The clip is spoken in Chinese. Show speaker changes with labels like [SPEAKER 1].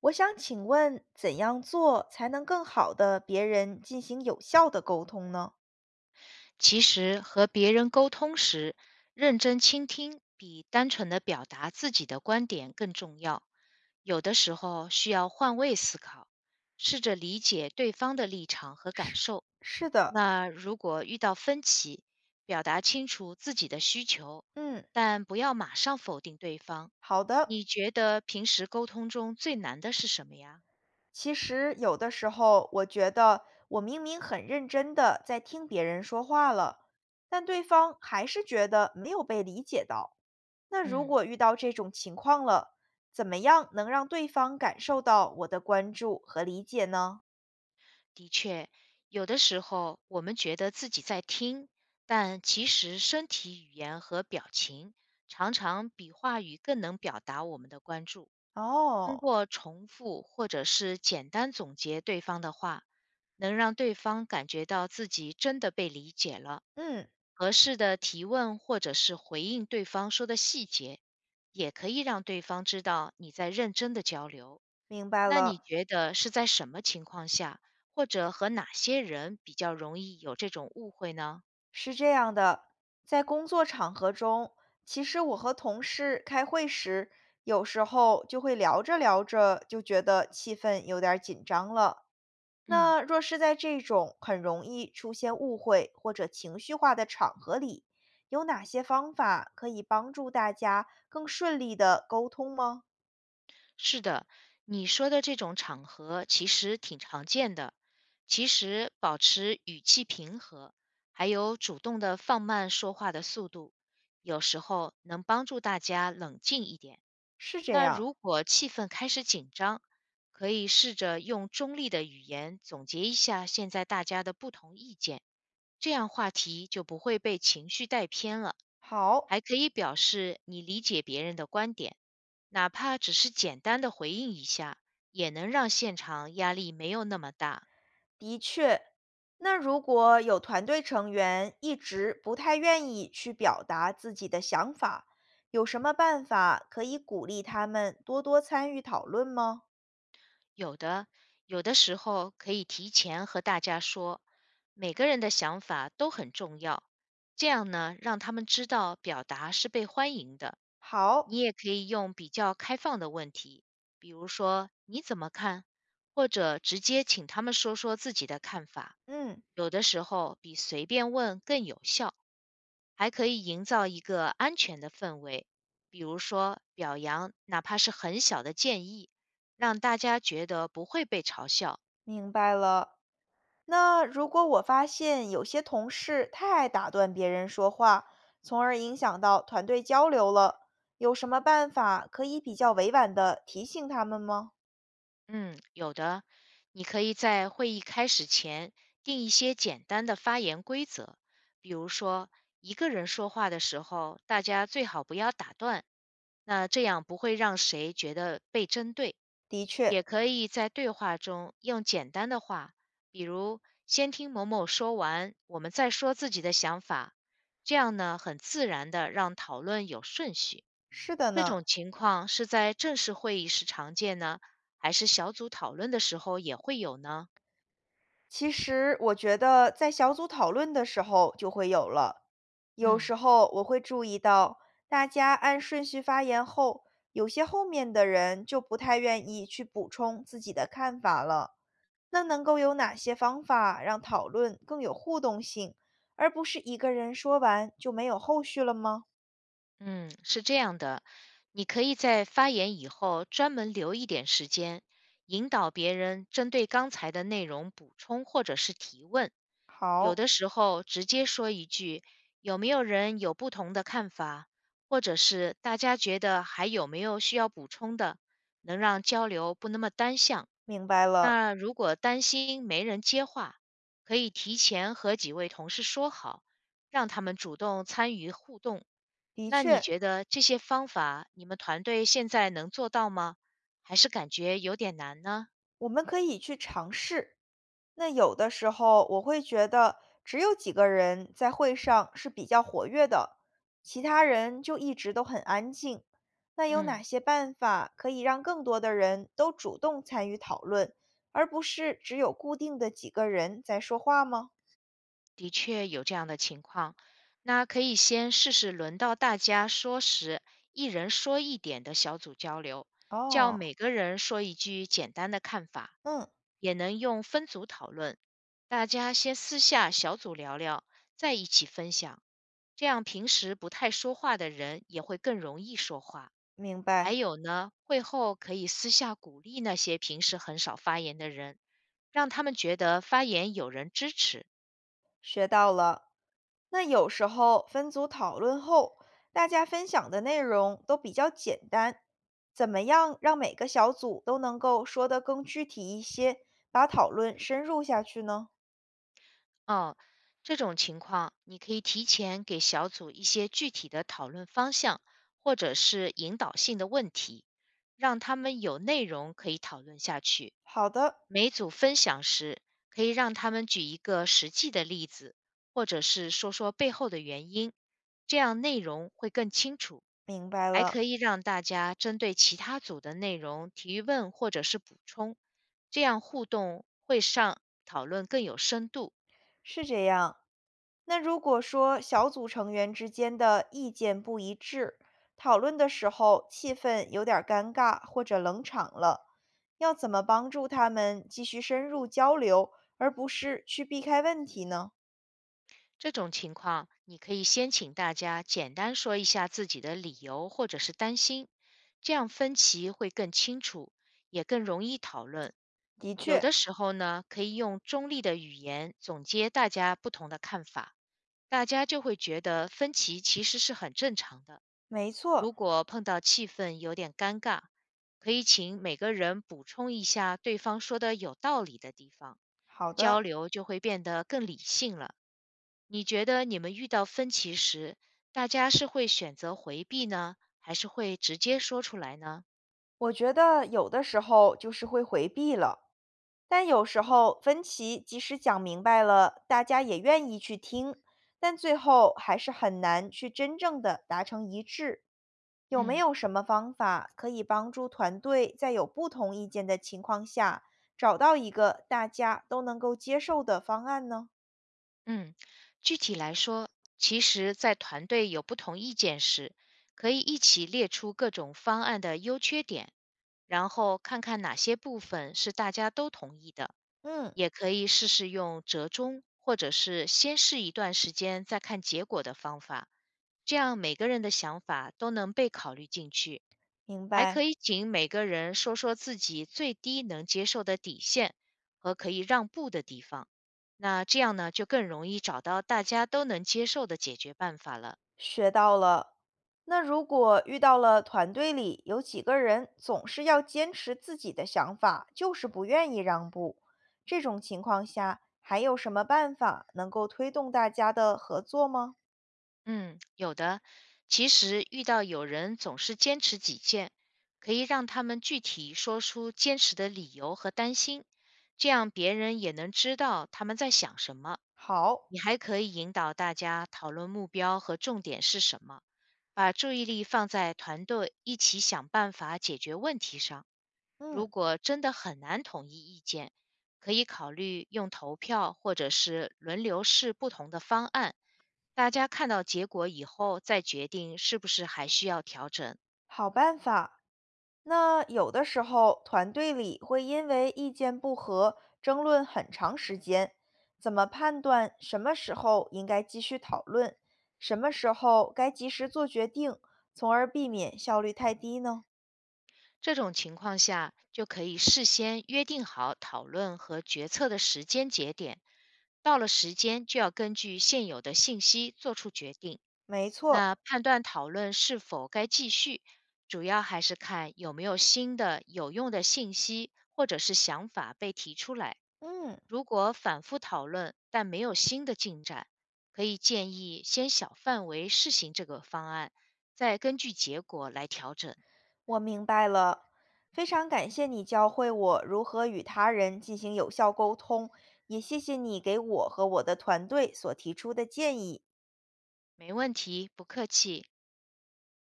[SPEAKER 1] 我想请问，怎样做才能更好的别人进行有效的沟通呢？
[SPEAKER 2] 其实和别人沟通时，认真倾听比单纯的表达自己的观点更重要。有的时候需要换位思考，试着理解对方的立场和感
[SPEAKER 1] 是
[SPEAKER 2] 受。
[SPEAKER 1] 是的，
[SPEAKER 2] 那如果遇到分歧，表达清楚自己的需求，
[SPEAKER 1] 嗯，
[SPEAKER 2] 但不要马上否定对方。
[SPEAKER 1] 好的。
[SPEAKER 2] 你觉得平时沟通中最难的是什么呀？
[SPEAKER 1] 其实有的时候，我觉得我明明很认真的在听别人说话了，但对方还是觉得没有被理解到。那如
[SPEAKER 2] 嗯。
[SPEAKER 1] 果遇到这种情况了，怎么样能让对方感受到我的关注和理解呢？
[SPEAKER 2] 的确，有的时候我们觉得自己在听，但其实身体语言和表情常常比话语更能表达我们的关注。通
[SPEAKER 1] 哦，
[SPEAKER 2] 过重复或者是简单总结对方的话，能让对方感觉到自己真的被理解了。
[SPEAKER 1] 嗯，
[SPEAKER 2] 合适的提问或者是回应对方说的细节，也可以让对方知道你在认真的交流。
[SPEAKER 1] 明白
[SPEAKER 2] 那你
[SPEAKER 1] 了。
[SPEAKER 2] 觉得是在什么情况下，或者和哪些人比较容易有这种误会呢？
[SPEAKER 1] 是这样的，在工作场合中，其实我和同事开会时，有时候就会聊着聊着就觉得气氛有点儿紧张了。
[SPEAKER 2] 嗯，
[SPEAKER 1] 那若是在这种很容易出现误会或者情绪化的场合里，有哪些方法可以帮助大家更顺利的沟通吗？
[SPEAKER 2] 是的，你说的这种场合其实挺常见的。其实保持语气平和，还有主动的放慢说话的速度，有时候能帮助大家冷静一点。
[SPEAKER 1] 是这
[SPEAKER 2] 那
[SPEAKER 1] 样，
[SPEAKER 2] 如果气氛开始紧张，可以试着用中立的语言总结一下现在大家的不同意见，这样话题就不会被情绪带偏了。
[SPEAKER 1] 好，
[SPEAKER 2] 还可以表示你理解别人的观点，哪怕只是简单的回应一下，也能让现场压力没有那么大。
[SPEAKER 1] 的确，那如果有团队成员一直不太愿意去表达自己的想法，有什么办法可以鼓励他们多多参与讨论吗？
[SPEAKER 2] 有的，有的时候可以提前和大家说，每个人的想法都很重要，这样呢，让他们知道表达是被欢迎的。你
[SPEAKER 1] 好，
[SPEAKER 2] 也可以用比较开放的问题，比如说你怎么看，或者直接请他们说说自己的看法。
[SPEAKER 1] 嗯，
[SPEAKER 2] 有的时候比随便问更有效。还可以营造一个安全的氛围，比如说表扬哪怕是很小的建议，让大家觉得不会被嘲笑。
[SPEAKER 1] 明白了。那如果我发现有些同事太爱打断别人说话，从而影响到团队交流了，有什么办法可以比较委婉的提醒他们吗？
[SPEAKER 2] 嗯，有的，你可以在会议开始前定一些简单的发言规则，比如说一个人说话的时候，大家最好不要打断，那这样不会让谁觉得被针对。
[SPEAKER 1] 的确，
[SPEAKER 2] 也可以在对话中用简单的话，比如先听某某说完，我们再说自己的想法，这样呢，很自然的让讨论有顺序。
[SPEAKER 1] 是的
[SPEAKER 2] 这
[SPEAKER 1] 呢。
[SPEAKER 2] 种情况是在正式会议时常见呢，还是小组讨论的时候也会有呢？
[SPEAKER 1] 其实我觉得在小组讨论的时候就会有了。有
[SPEAKER 2] 嗯
[SPEAKER 1] 时候我会注意到，大家按顺序发言后，有些后面的人就不太愿意去补充自己的看法了。那能够有哪些方法让讨论更有互动性，而不是一个人说完就没有后续了吗？
[SPEAKER 2] 嗯，是这样的，你可以在发言以后专门留一点时间，引导别人针对刚才的内容补充或者是提问。有
[SPEAKER 1] 好，
[SPEAKER 2] 的时候直接说一句“有没有人有不同的看法”，或者是“大家觉得还有没有需要补充的”，能让交流不那么单向。
[SPEAKER 1] 明白了。
[SPEAKER 2] 那如果担心没人接话，可以提前和几位同事说好，让他们主动参与互动。
[SPEAKER 1] 的
[SPEAKER 2] 那你
[SPEAKER 1] 确，
[SPEAKER 2] 觉得这些方法，你们团队现在能做到吗？还是感觉有点难呢？
[SPEAKER 1] 我们可以去尝试。那有的时候我会觉得只有几个人在会上是比较活跃的，其他人就一直都很安静。那有哪
[SPEAKER 2] 嗯。
[SPEAKER 1] 些办法可以让更多的人都主动参与讨论，而不是只有固定的几个人在说话吗？
[SPEAKER 2] 的确有这样的情况。那可以先试试轮到大家说时，一人说一点的小组交流，叫
[SPEAKER 1] 哦，
[SPEAKER 2] 每个人说一句简单的看法，
[SPEAKER 1] 嗯，
[SPEAKER 2] 也能用分组讨论，大家先私下小组聊聊，再一起分享。这样平时不太说话的人也会更容易说话。
[SPEAKER 1] 明
[SPEAKER 2] 还
[SPEAKER 1] 白。
[SPEAKER 2] 有呢，会后可以私下鼓励那些平时很少发言的人，让他们觉得发言有人支持。
[SPEAKER 1] 学到了。那有时候分组讨论后，大家分享的内容都比较简单，怎么样让每个小组都能够说得更具体一些，把讨论深入下去呢？
[SPEAKER 2] 哦，这种情况，你可以提前给小组一些具体的讨论方向，或者是引导性的问题，让他们有内容可以讨论下去。
[SPEAKER 1] 好的，
[SPEAKER 2] 每组分享时，可以让他们举一个实际的例子，或者是说说背后的原因，这样内容会更清楚。
[SPEAKER 1] 明白
[SPEAKER 2] 还
[SPEAKER 1] 了，
[SPEAKER 2] 可以让大家针对其他组的内容提问或者是补充，这样互动会上讨论更有深度。
[SPEAKER 1] 是这样。那如果说小组成员之间的意见不一致，讨论的时候气氛有点儿尴尬或者冷场了，要怎么帮助他们继续深入交流，而不是去避开问题呢？
[SPEAKER 2] 这种情况，你可以先请大家简单说一下自己的理由或者是担心，这样分歧会更清楚，也更容易讨论。
[SPEAKER 1] 的
[SPEAKER 2] 有
[SPEAKER 1] 确，
[SPEAKER 2] 的时候呢，可以用中立的语言总结大家不同的看法，大家就会觉得分歧其实是很正常的。
[SPEAKER 1] 没错，
[SPEAKER 2] 如果碰到气氛有点尴尬，可以请每个人补充一下对方说的有道理的地方，
[SPEAKER 1] 好
[SPEAKER 2] 交
[SPEAKER 1] 的，
[SPEAKER 2] 流就会变得更理性了。你觉得你们遇到分歧时，大家是会选择回避呢，还是会直接说出来呢？
[SPEAKER 1] 我觉得有的时候就是会回避了。但有时候分歧即使讲明白了，大家也愿意去听，但最后还是很难去真正的达成一致。有没
[SPEAKER 2] 嗯
[SPEAKER 1] 有什么方法可以帮助团队在有不同意见的情况下，找到一个大家都能够接受的方案呢？
[SPEAKER 2] 嗯，具体来说，其实，在团队有不同意见时，可以一起列出各种方案的优缺点，然后看看哪些部分是大家都同意的。
[SPEAKER 1] 嗯，
[SPEAKER 2] 也可以试试用折中，或者是先试一段时间再看结果的方法，这样每个人的想法都能被考虑进去。
[SPEAKER 1] 明
[SPEAKER 2] 还
[SPEAKER 1] 白。
[SPEAKER 2] 可以请每个人说说自己最低能接受的底线和可以让步的地方。那这样呢，就更容易找到大家都能接受的解决办法了。
[SPEAKER 1] 学到了。那如果遇到了团队里有几个人总是要坚持自己的想法，就是不愿意让步，这种情况下还有什么办法能够推动大家的合作吗？
[SPEAKER 2] 嗯，有的。其实遇到有人总是坚持己见，可以让他们具体说出坚持的理由和担心，这样别人也能知道他们在想什么。
[SPEAKER 1] 好，
[SPEAKER 2] 你还可以引导大家讨论目标和重点是什么，把注意力放在团队一起想办法解决问题上。
[SPEAKER 1] 嗯，
[SPEAKER 2] 如果真的很难统一意见，可以考虑用投票或者是轮流试不同的方案，大家看到结果以后再决定是不是还需要调整。
[SPEAKER 1] 好办法。那有的时候，团队里会因为意见不合争论很长时间，怎么判断什么时候应该继续讨论，什么时候该及时做决定，从而避免效率太低呢？
[SPEAKER 2] 这种情况下，就可以事先约定好讨论和决策的时间节点，到了时间就要根据现有的信息做出决定。
[SPEAKER 1] 没错，
[SPEAKER 2] 那判断讨论是否该继续，主要还是看有没有新的有用的信息或者是想法被提出来。
[SPEAKER 1] 嗯，
[SPEAKER 2] 如果反复讨论但没有新的进展，可以建议先小范围试行这个方案，再根据结果来调整。
[SPEAKER 1] 我明白了。非常感谢你教会我如何与他人进行有效沟通，也谢谢你给我和我的团队所提出的建议。
[SPEAKER 2] 没问题，不客气。